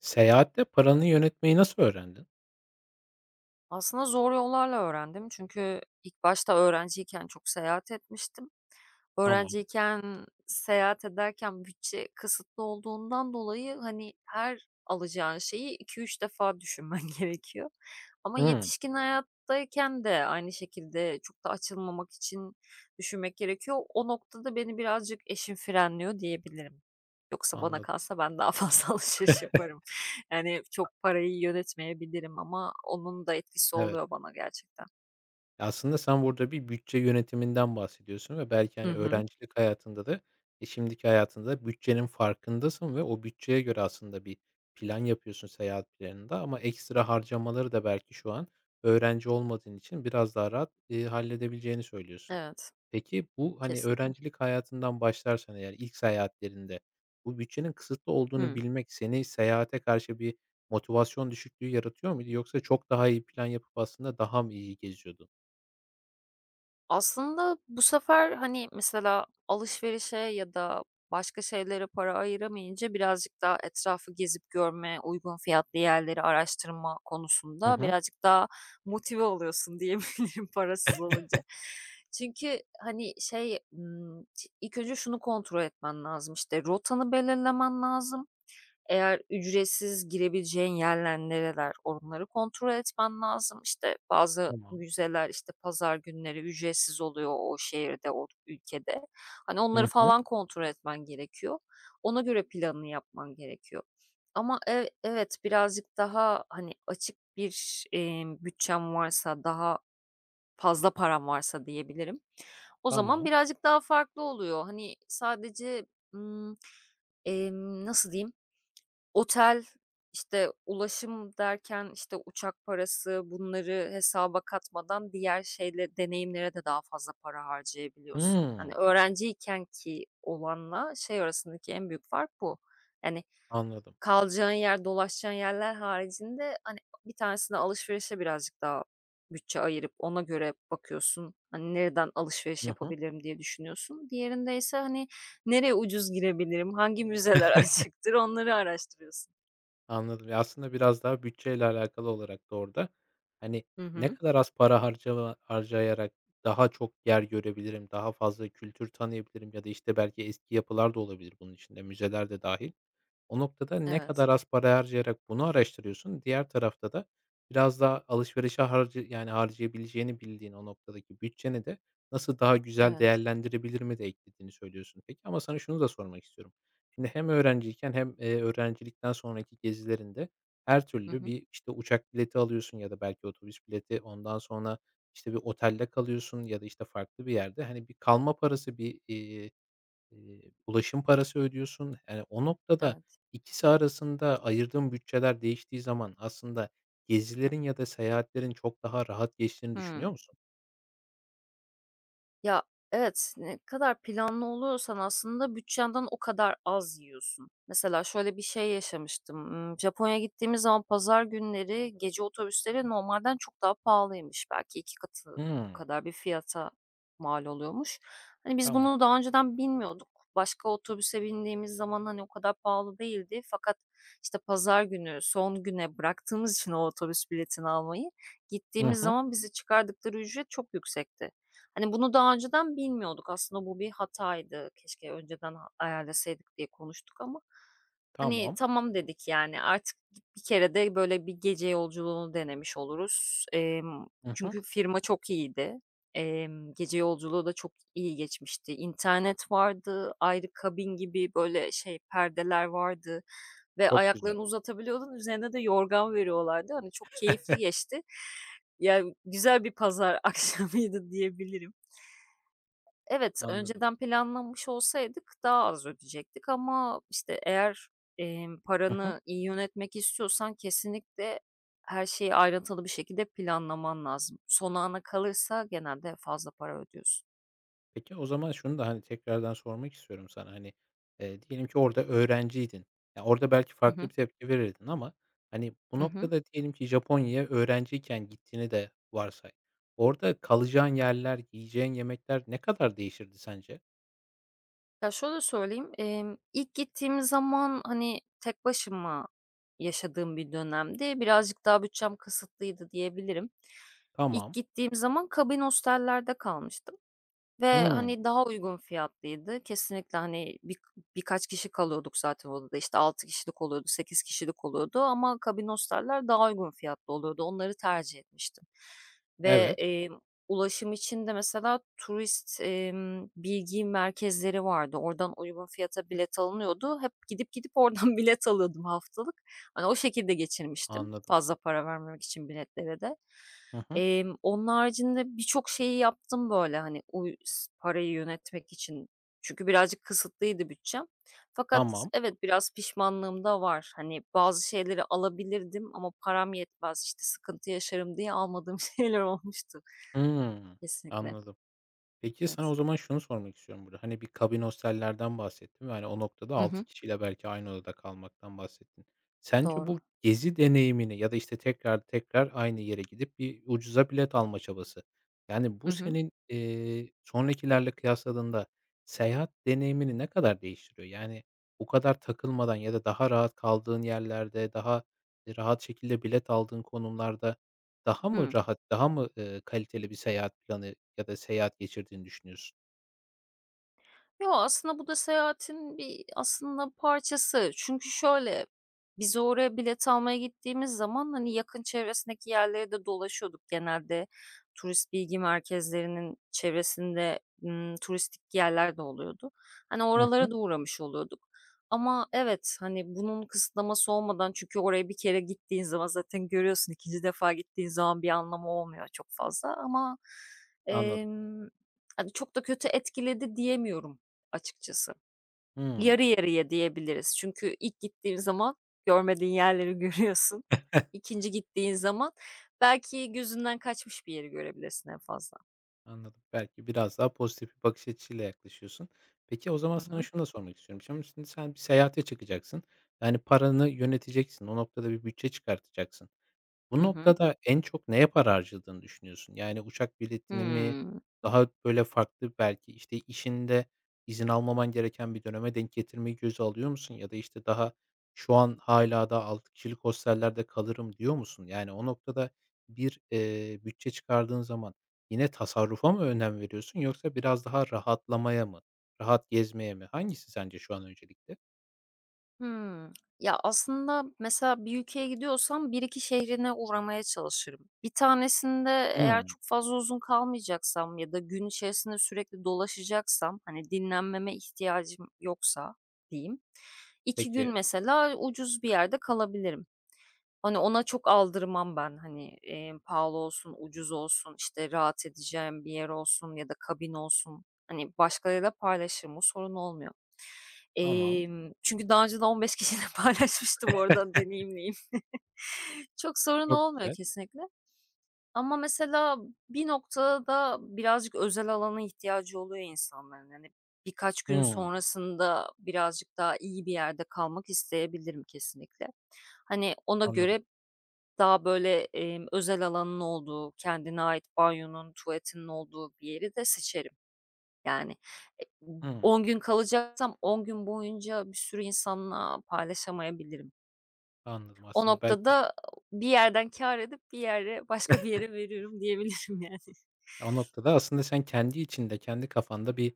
Seyahatte paranı yönetmeyi nasıl öğrendin? Aslında zor yollarla öğrendim çünkü ilk başta öğrenciyken çok seyahat etmiştim. Tamam. Öğrenciyken, seyahat ederken bütçe kısıtlı olduğundan dolayı, hani, her alacağın şeyi iki üç defa düşünmen gerekiyor. Ama Hımm, yetişkin hayattayken de aynı şekilde çok da açılmamak için düşünmek gerekiyor. O noktada beni birazcık eşim frenliyor diyebilirim. Yoksa bana anladım. kalsa ben daha fazla alışveriş yaparım. Yani, çok parayı yönetmeyebilirim ama onun da etkisi Evet. oluyor bana gerçekten. Aslında sen burada bir bütçe yönetiminden bahsediyorsun ve belki, Hı hani, hı. öğrencilik hayatında da, şimdiki hayatında da bütçenin farkındasın ve o bütçeye göre aslında bir plan yapıyorsun seyahat planında ama ekstra harcamaları da belki şu an öğrenci olmadığın için biraz daha rahat, halledebileceğini söylüyorsun. Evet, Peki bu, hani, kesinlikle. öğrencilik hayatından başlarsan eğer ilk seyahatlerinde bu bütçenin kısıtlı olduğunu Hıı. bilmek seni seyahate karşı bir motivasyon düşüklüğü yaratıyor muydu yoksa çok daha iyi plan yapıp aslında daha mı iyi geziyordun? Aslında bu sefer, hani, mesela alışverişe ya da başka şeylere para ayıramayınca birazcık daha etrafı gezip görme, uygun fiyatlı yerleri araştırma Hı konusunda hı. birazcık daha motive oluyorsun diyebilirim parasız olunca. Çünkü, hani, şey, ilk önce şunu kontrol etmen lazım, işte, rotanı belirlemen lazım. Eğer ücretsiz girebileceğin yerler nereler, onları kontrol etmen lazım. İşte, bazı Tamam. müzeler, işte, pazar günleri ücretsiz oluyor o şehirde, o ülkede. Hani, onları Hı hı. falan kontrol etmen gerekiyor. Ona göre planını yapman gerekiyor. Ama evet, birazcık daha, hani, açık bir, bütçem varsa, daha fazla param varsa diyebilirim, o zaman Tamam. birazcık daha farklı oluyor. Hani, sadece, ımm, nasıl diyeyim, otel, işte, ulaşım derken, işte, uçak parası, bunları hesaba katmadan diğer şeyle deneyimlere de daha fazla para harcayabiliyorsun. Hımm. Hani, öğrenciyken ki olanla şey arasındaki en büyük fark bu. Yani, Anladım. kalacağın yer, dolaşacağın yerler haricinde, hani, bir tanesine alışverişe birazcık daha bütçe ayırıp ona göre bakıyorsun. Hani, nereden alışveriş Hı hı. yapabilirim diye düşünüyorsun. Diğerindeyse, hani, nereye ucuz girebilirim, hangi müzeler açıktır onları araştırıyorsun. Anladım. Ya, aslında biraz daha bütçeyle alakalı olarak da orada, hani, Hı ne hı. kadar az para harcayarak daha çok yer görebilirim, daha fazla kültür tanıyabilirim ya da, işte, belki eski yapılar da olabilir bunun içinde, müzeler de dâhil. O noktada ne Evet, kadar az para harcayarak bunu araştırıyorsun, diğer tarafta da biraz daha alışverişe yani harcayabileceğini bildiğin o noktadaki bütçeni de nasıl daha güzel evet. değerlendirebilir mi de eklediğini söylüyorsun. Peki ama sana şunu da sormak istiyorum. Şimdi hem öğrenciyken hem, öğrencilikten sonraki gezilerinde her Hı türlü hı. bir, işte, uçak bileti alıyorsun ya da belki otobüs bileti, ondan sonra, işte, bir otelde kalıyorsun ya da, işte, farklı bir yerde, hani, bir kalma parası, bir, ulaşım parası ödüyorsun. Yani, o noktada Evet. ikisi arasında ayırdığın bütçeler değiştiği zaman aslında gezilerin ya da seyahatlerin çok daha rahat geçtiğini düşünüyor Hıı. musun? Ya, evet, ne kadar planlı oluyorsan aslında bütçenden o kadar az yiyorsun. Mesela şöyle bir şey yaşamıştım. Japonya'ya gittiğimiz zaman pazar günleri gece otobüsleri normalden çok daha pahalıymış. Belki 2 katı Hımm. kadar bir fiyata mal oluyormuş. Hani, biz bunu Tamam. daha önceden bilmiyorduk. Başka otobüse bindiğimiz zaman, hani, o kadar pahalı değildi fakat, işte, pazar günü son güne bıraktığımız için o otobüs biletini almayı, Hı gittiğimiz hı. zaman bizi çıkardıkları ücret çok yüksekti. Hani, bunu daha önceden bilmiyorduk. Aslında bu bir hataydı. Keşke önceden ayarlasaydık diye konuştuk ama, hani, Tamam. tamam dedik, yani, artık bir kere de böyle bir gece yolculuğunu denemiş oluruz. Hı hı. Çünkü firma çok iyiydi. Gece yolculuğu da çok iyi geçmişti. İnternet vardı, ayrı kabin gibi, böyle, şey, perdeler vardı ve Çok güzel. ayaklarını uzatabiliyordun, üzerine de yorgan veriyorlardı. Hani, çok keyifli geçti. Yani, güzel bir pazar akşamıydı diyebilirim. Evet, Anladım. önceden planlanmış olsaydık daha az ödeyecektik ama, işte, eğer, Hı hı. paranı iyi yönetmek istiyorsan kesinlikle her şeyi ayrıntılı bir şekilde planlaman lazım. Son ana kalırsa genelde fazla para ödüyorsun. Peki, o zaman şunu da, hani, tekrardan sormak istiyorum sana, hani, diyelim ki orada öğrenciydin. Ya, orada belki Hı farklı hı. bir tepki verirdin ama, hani, bu Hı hı. noktada diyelim ki Japonya'ya öğrenciyken gittiğini de varsay. Orada kalacağın yerler, yiyeceğin yemekler ne kadar değişirdi sence? Ya, şöyle söyleyeyim, ilk gittiğim zaman, hani, tek başıma yaşadığım bir dönemde birazcık daha bütçem kısıtlıydı diyebilirim. İlk Tamam. gittiğim zaman kabin hostellerde kalmıştım. Ve, Hımm. hani, daha uygun fiyatlıydı. Kesinlikle, hani, birkaç kişi kalıyorduk zaten odada, İşte 6 kişilik oluyordu, 8 kişilik oluyordu ama kabin hostel'ler daha uygun fiyatlı oluyordu. Onları tercih etmiştim ve, Evet, ulaşım için de mesela turist, bilgi merkezleri vardı. Oradan uygun fiyata bilet alınıyordu. Hep gidip gidip oradan bilet alıyordum haftalık. Hani, o şekilde geçirmiştim anladım. fazla para vermemek için biletlere de. Hı hı. Onun haricinde birçok şeyi yaptım böyle, hani, uy s parayı yönetmek için. Çünkü birazcık kısıtlıydı bütçem. Fakat Tamam. evet, biraz pişmanlığım da var. Hani, bazı şeyleri alabilirdim ama param yetmez, işte, sıkıntı yaşarım diye almadığım şeyler olmuştu. Hımm. Kesinlikle, Anladım. Peki, sana evet. o zaman şunu sormak istiyorum burada. Hani, bir kabin ostellerden bahsettin ve, hani, o noktada Hı 6 hı, kişiyle belki aynı odada kalmaktan bahsettin. Sence doğru. bu gezi deneyimini ya da, işte, tekrar tekrar aynı yere gidip bir ucuza bilet alma çabası, yani, Hı bu hı. senin, sonrakilerle kıyasladığında seyahat deneyimini ne kadar değiştiriyor? Yani, bu kadar takılmadan ya da daha rahat kaldığın yerlerde, daha, rahat şekilde bilet aldığın konumlarda daha mı Hıı. rahat, daha mı, kaliteli bir seyahat planı ya da seyahat geçirdiğini düşünüyorsun? Yo, aslında bu da seyahatin bir aslında parçası. Çünkü şöyle, biz oraya bilet almaya gittiğimiz zaman, hani, yakın çevresindeki yerlere de dolaşıyorduk. Genelde turist bilgi merkezlerinin çevresinde, turistik yerler de oluyordu. Hani, Hı oralara hı, da uğramış oluyorduk ama evet, hani, bunun kısıtlaması olmadan çünkü oraya bir kere gittiğin zaman zaten görüyorsun, ikinci defa gittiğin zaman bir anlamı olmuyor çok fazla ama, anladım. emm, hani, çok da kötü etkiledi diyemiyorum açıkçası. Hımm, Yarı yarıya diyebiliriz. Çünkü ilk gittiğin zaman görmediğin yerleri görüyorsun. 2'nci gittiğin zaman belki gözünden kaçmış bir yeri görebilirsin en fazla. anladım. Belki biraz daha pozitif bir bakış açısıyla yaklaşıyorsun. Peki, o zaman Hı sana hı. şunu da sormak istiyorum. Şimdi sen bir seyahate çıkacaksın. Yani paranı yöneteceksin. O noktada bir bütçe çıkartacaksın. Bu Hı hı. noktada en çok neye para harcadığını düşünüyorsun? Yani uçak biletini mi, Hıı. daha böyle farklı belki, işte, işinde izin almaman gereken bir döneme denk getirmeyi göze alıyor musun? Ya da, işte, daha şu an hala daha 6 kişilik hostellerde kalırım diyor musun? Yani o noktada bir, bütçe çıkardığın zaman yine tasarrufa mı önem veriyorsun yoksa biraz daha rahatlamaya mı, rahat gezmeye mi? Hangisi sence şu an öncelikli? Hımm. Ya, aslında mesela bir ülkeye gidiyorsam bir iki şehrine uğramaya çalışırım. Bir tanesinde eğer Hımm. çok fazla uzun kalmayacaksam ya da gün içerisinde sürekli dolaşacaksam, hani, dinlenmeme ihtiyacım yoksa diyeyim, 2 gün Peki. mesela ucuz bir yerde kalabilirim. Hani, ona çok aldırmam ben, hani, pahalı olsun, ucuz olsun, işte, rahat edeceğim bir yer olsun ya da kabin olsun. Hani, başkalarıyla paylaşırım, o sorun olmuyor. Tamam. Çünkü daha önce de 15 kişiyle paylaşmıştım, oradan deneyimliyim. Çok sorun Çok olmuyor güzel. kesinlikle ama mesela bir noktada da birazcık özel alana ihtiyacı oluyor insanların. Hani, birkaç gün Hımm. sonrasında birazcık daha iyi bir yerde kalmak isteyebilirim kesinlikle. Hani, ona Anladım. göre daha böyle, özel alanının olduğu, kendine ait banyonun, tuvaletinin olduğu bir yeri de seçerim. Yani, e Hımm. 10 gün kalacaksam 10 gün boyunca bir sürü insanla paylaşamayabilirim. Anladım. O Aslında belki noktada bir yerden kâr edip bir yere başka bir yere veriyorum diyebilirim yani. o noktada aslında sen kendi içinde, kendi kafanda bir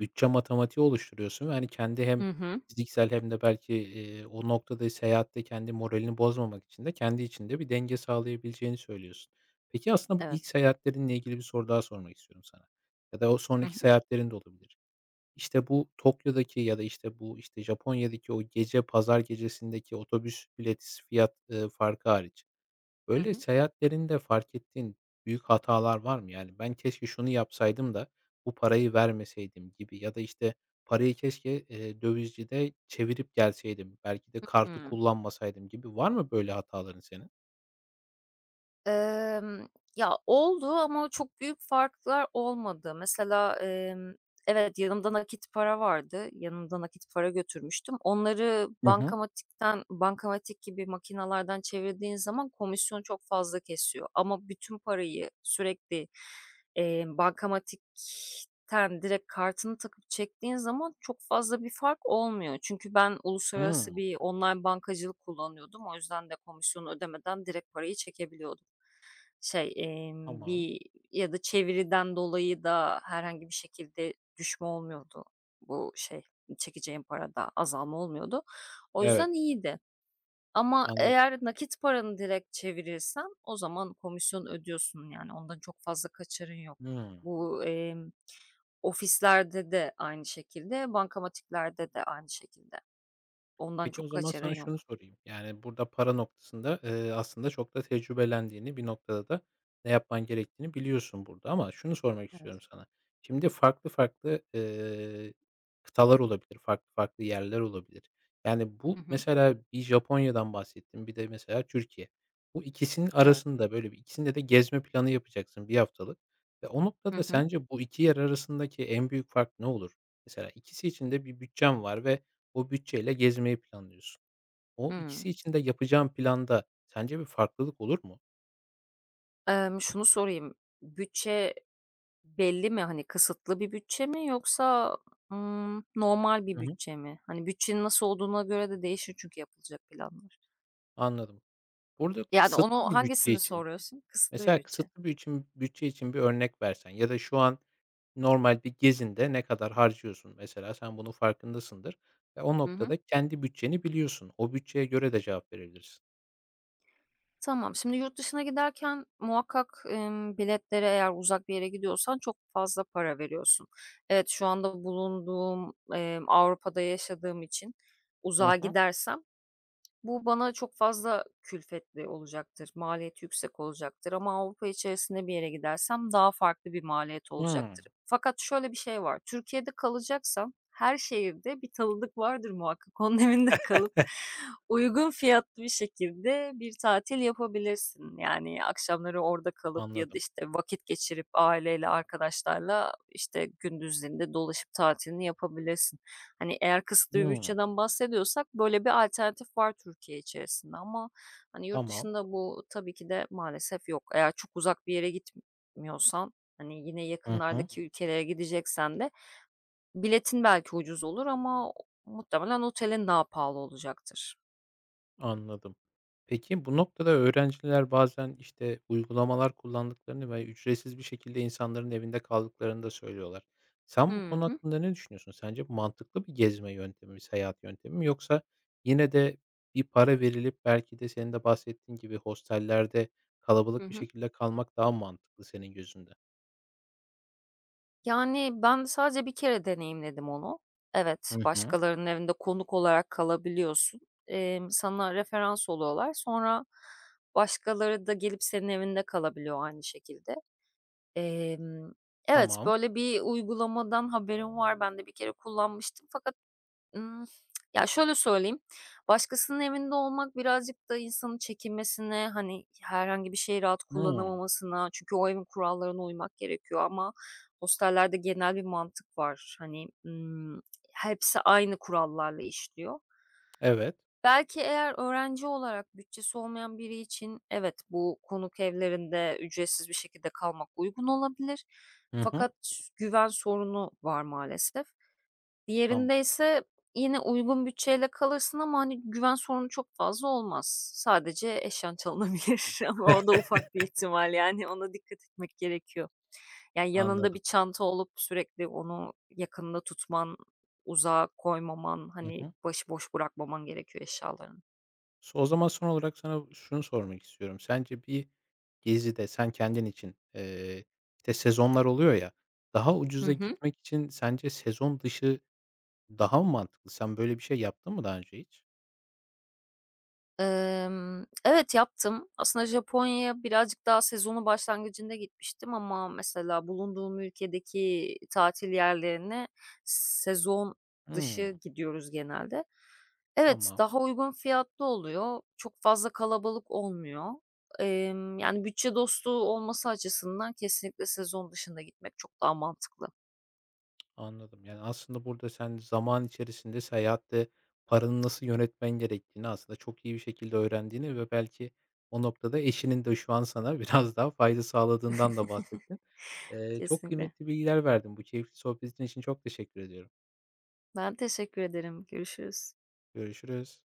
bütçe matematiği oluşturuyorsun yani kendi hem Hı hı. fiziksel hem de belki, o noktada seyahatte kendi moralini bozmamak için de kendi içinde bir denge sağlayabileceğini söylüyorsun. Peki, aslında bu ilk Evet. seyahatlerinle ilgili bir soru daha sormak istiyorum sana ya da o Hı hı. sonraki seyahatlerin de olabilir. İşte, bu Tokyo'daki ya da, işte, bu, işte, Japonya'daki o gece, pazar gecesindeki otobüs bilet fiyat, farkı hariç, Hı böyle hı. seyahatlerinde fark ettiğin büyük hatalar var mı? Yani, "Ben keşke şunu yapsaydım da bu parayı vermeseydim." gibi ya da, işte, "Parayı keşke, dövizcide çevirip gelseydim, belki de kartı Hıı. kullanmasaydım." gibi var mı böyle hataların senin? Emm, ya, oldu ama çok büyük farklar olmadı. Mesela, evet, yanımda nakit para vardı. Yanımda nakit para götürmüştüm. Onları Hı hı. bankamatikten bankamatik gibi makinalardan çevirdiğin zaman komisyon çok fazla kesiyor ama bütün parayı sürekli, bankamatikten direkt kartını takıp çektiğin zaman çok fazla bir fark olmuyor. Çünkü ben uluslararası Hımm, bir online bankacılık kullanıyordum. O yüzden de komisyonu ödemeden direkt parayı çekebiliyordum. Şey, tamam. bir Ya da çeviriden dolayı da herhangi bir şekilde düşme olmuyordu. Bu şey, çekeceğim parada azalma olmuyordu. O Evet, yüzden iyiydi ama anladım. eğer nakit paranı direkt çevirirsen o zaman komisyon ödüyorsun, yani, ondan çok fazla kaçarın yok. Hıı. Bu, ofislerde de aynı şekilde, bankamatiklerde de aynı şekilde. Ondan Peki, o çok zaman kaçarın sana şunu yok. sorayım. Yani, burada para noktasında, aslında çok da tecrübelendiğini, bir noktada da ne yapman gerektiğini biliyorsun burada ama şunu sormak istiyorum Evet. sana. Şimdi farklı farklı, kıtalar olabilir, farklı farklı yerler olabilir. Yani, Hı bu hı. mesela bir Japonya'dan bahsettim bir de mesela Türkiye. Bu ikisinin Evet. arasında, böyle, bir ikisinde de gezme planı yapacaksın bir haftalık ve o Hı noktada hı. sence bu 2 yer arasındaki en büyük fark ne olur? Mesela ikisi için de bir bütçem var ve o bütçeyle gezmeyi planlıyorsun. O Hımm. ikisi için de yapacağın planda sence bir farklılık olur mu? Şunu sorayım, bütçe belli mi? Hani kısıtlı bir bütçe mi yoksa, normal bir Hı hı. bütçe mi? Hani bütçenin nasıl olduğuna göre de değişir çünkü yapılacak planlar. Anladım. Burada Yani kısıtlı onu bir bütçe hangisini için, soruyorsun? Kısıtlı bir mesela bütçe. kısıtlı bir bütçe için bir örnek versen ya da şu an normal bir gezinde ne kadar harcıyorsun mesela sen bunun farkındasındır ve o Hı hı. noktada kendi bütçeni biliyorsun. O bütçeye göre de cevap verebilirsin. Tamam. Şimdi yurt dışına giderken muhakkak, biletlere eğer uzak bir yere gidiyorsan çok fazla para veriyorsun. Evet, şu anda bulunduğum, Avrupa'da yaşadığım için Hı uzağa hı. gidersem bu bana çok fazla külfetli olacaktır, maliyeti yüksek olacaktır ama Avrupa içerisinde bir yere gidersem daha farklı bir maliyet Hımm. olacaktır. Fakat şöyle bir şey var, Türkiye'de kalacaksan her şehirde bir tanıdık vardır muhakkak. Onun evinde kalıp uygun fiyatlı bir şekilde bir tatil yapabilirsin. Yani akşamları orada kalıp ya da Anladım. işte vakit geçirip aileyle, arkadaşlarla işte gündüzlerinde dolaşıp tatilini yapabilirsin. Hani, eğer kısıtlı bir Hımm. bütçeden bahsediyorsak böyle bir alternatif var Türkiye içerisinde ama, hani, yurt Tamam. dışında bu tabii ki de maalesef yok. Eğer çok uzak bir yere gitmiyorsan, hani, yine Hı hı. yakınlardaki ülkelere gideceksen de biletin belki ucuz olur ama muhtemelen otelin daha pahalı olacaktır. Anladım. Peki bu noktada öğrenciler bazen, işte, uygulamalar kullandıklarını ve ücretsiz bir şekilde insanların evinde kaldıklarını da söylüyorlar. Sen bu Hı konu hı. hakkında ne düşünüyorsun? Sence bu mantıklı bir gezme yöntemi mi, seyahat yöntemi mi yoksa yine de bir para verilip belki de senin de bahsettiğin gibi hostellerde Hı kalabalık bir hı. şekilde kalmak daha mı mantıklı senin gözünde? Yani, ben sadece bir kere deneyimledim onu. Evet, Hı hı. başkalarının evinde konuk olarak kalabiliyorsun. Sana referans oluyorlar. Sonra başkaları da gelip senin evinde kalabiliyor aynı şekilde. Emm, evet, Tamam. böyle bir uygulamadan haberim var. Ben de bir kere kullanmıştım fakat Imm, ya, şöyle söyleyeyim, başkasının evinde olmak birazcık da insanın çekinmesine, hani, herhangi bir şeyi rahat Hımm. kullanamamasına çünkü o evin kurallarına uymak gerekiyor ama hostellerde genel bir mantık var. Hani, hepsi aynı kurallarla işliyor. Evet. Belki eğer öğrenci olarak bütçesi olmayan biri için evet, bu konuk evlerinde ücretsiz bir şekilde kalmak uygun olabilir Hı hı. fakat güven sorunu var maalesef. Tamam, Diğerinde ise yine uygun bütçeyle kalırsın ama, hani, güven sorunu çok fazla olmaz. Sadece eşyan çalınabilir ama o da ufak bir ihtimal, yani, ona dikkat etmek gerekiyor. Yani, yanında bir anladım. çanta olup sürekli onu yakında tutman, uzağa koymaman, Hı hani, hı. başıboş bırakmaman gerekiyor eşyalarını. O zaman son olarak sana şunu sormak istiyorum. Sence bir gezide sen kendin için, işte, sezonlar oluyor ya, daha Hı ucuza hı. gitmek için sence sezon dışı daha mı mantıklı? Sen böyle bir şey yaptın mı daha önce hiç? Evet, yaptım. Aslında Japonya'ya birazcık daha sezonun başlangıcında gitmiştim ama mesela bulunduğum ülkedeki tatil yerlerine sezon Hımm, dışı gidiyoruz genelde. Evet, tamam. daha uygun fiyatlı oluyor. Çok fazla kalabalık olmuyor. Yani bütçe dostu olması açısından kesinlikle sezon dışında gitmek çok daha mantıklı. Anladım. Yani, aslında burada sen zaman içerisinde seyahatte paranı nasıl yönetmen gerektiğini aslında çok iyi bir şekilde öğrendiğini ve belki o noktada eşinin de şu an sana biraz daha fayda sağladığından da bahsettin. Çok Kesinlikle. kıymetli bilgiler verdin. Bu keyifli sohbetin için çok teşekkür ediyorum. Ben teşekkür ederim. Görüşürüz. Görüşürüz.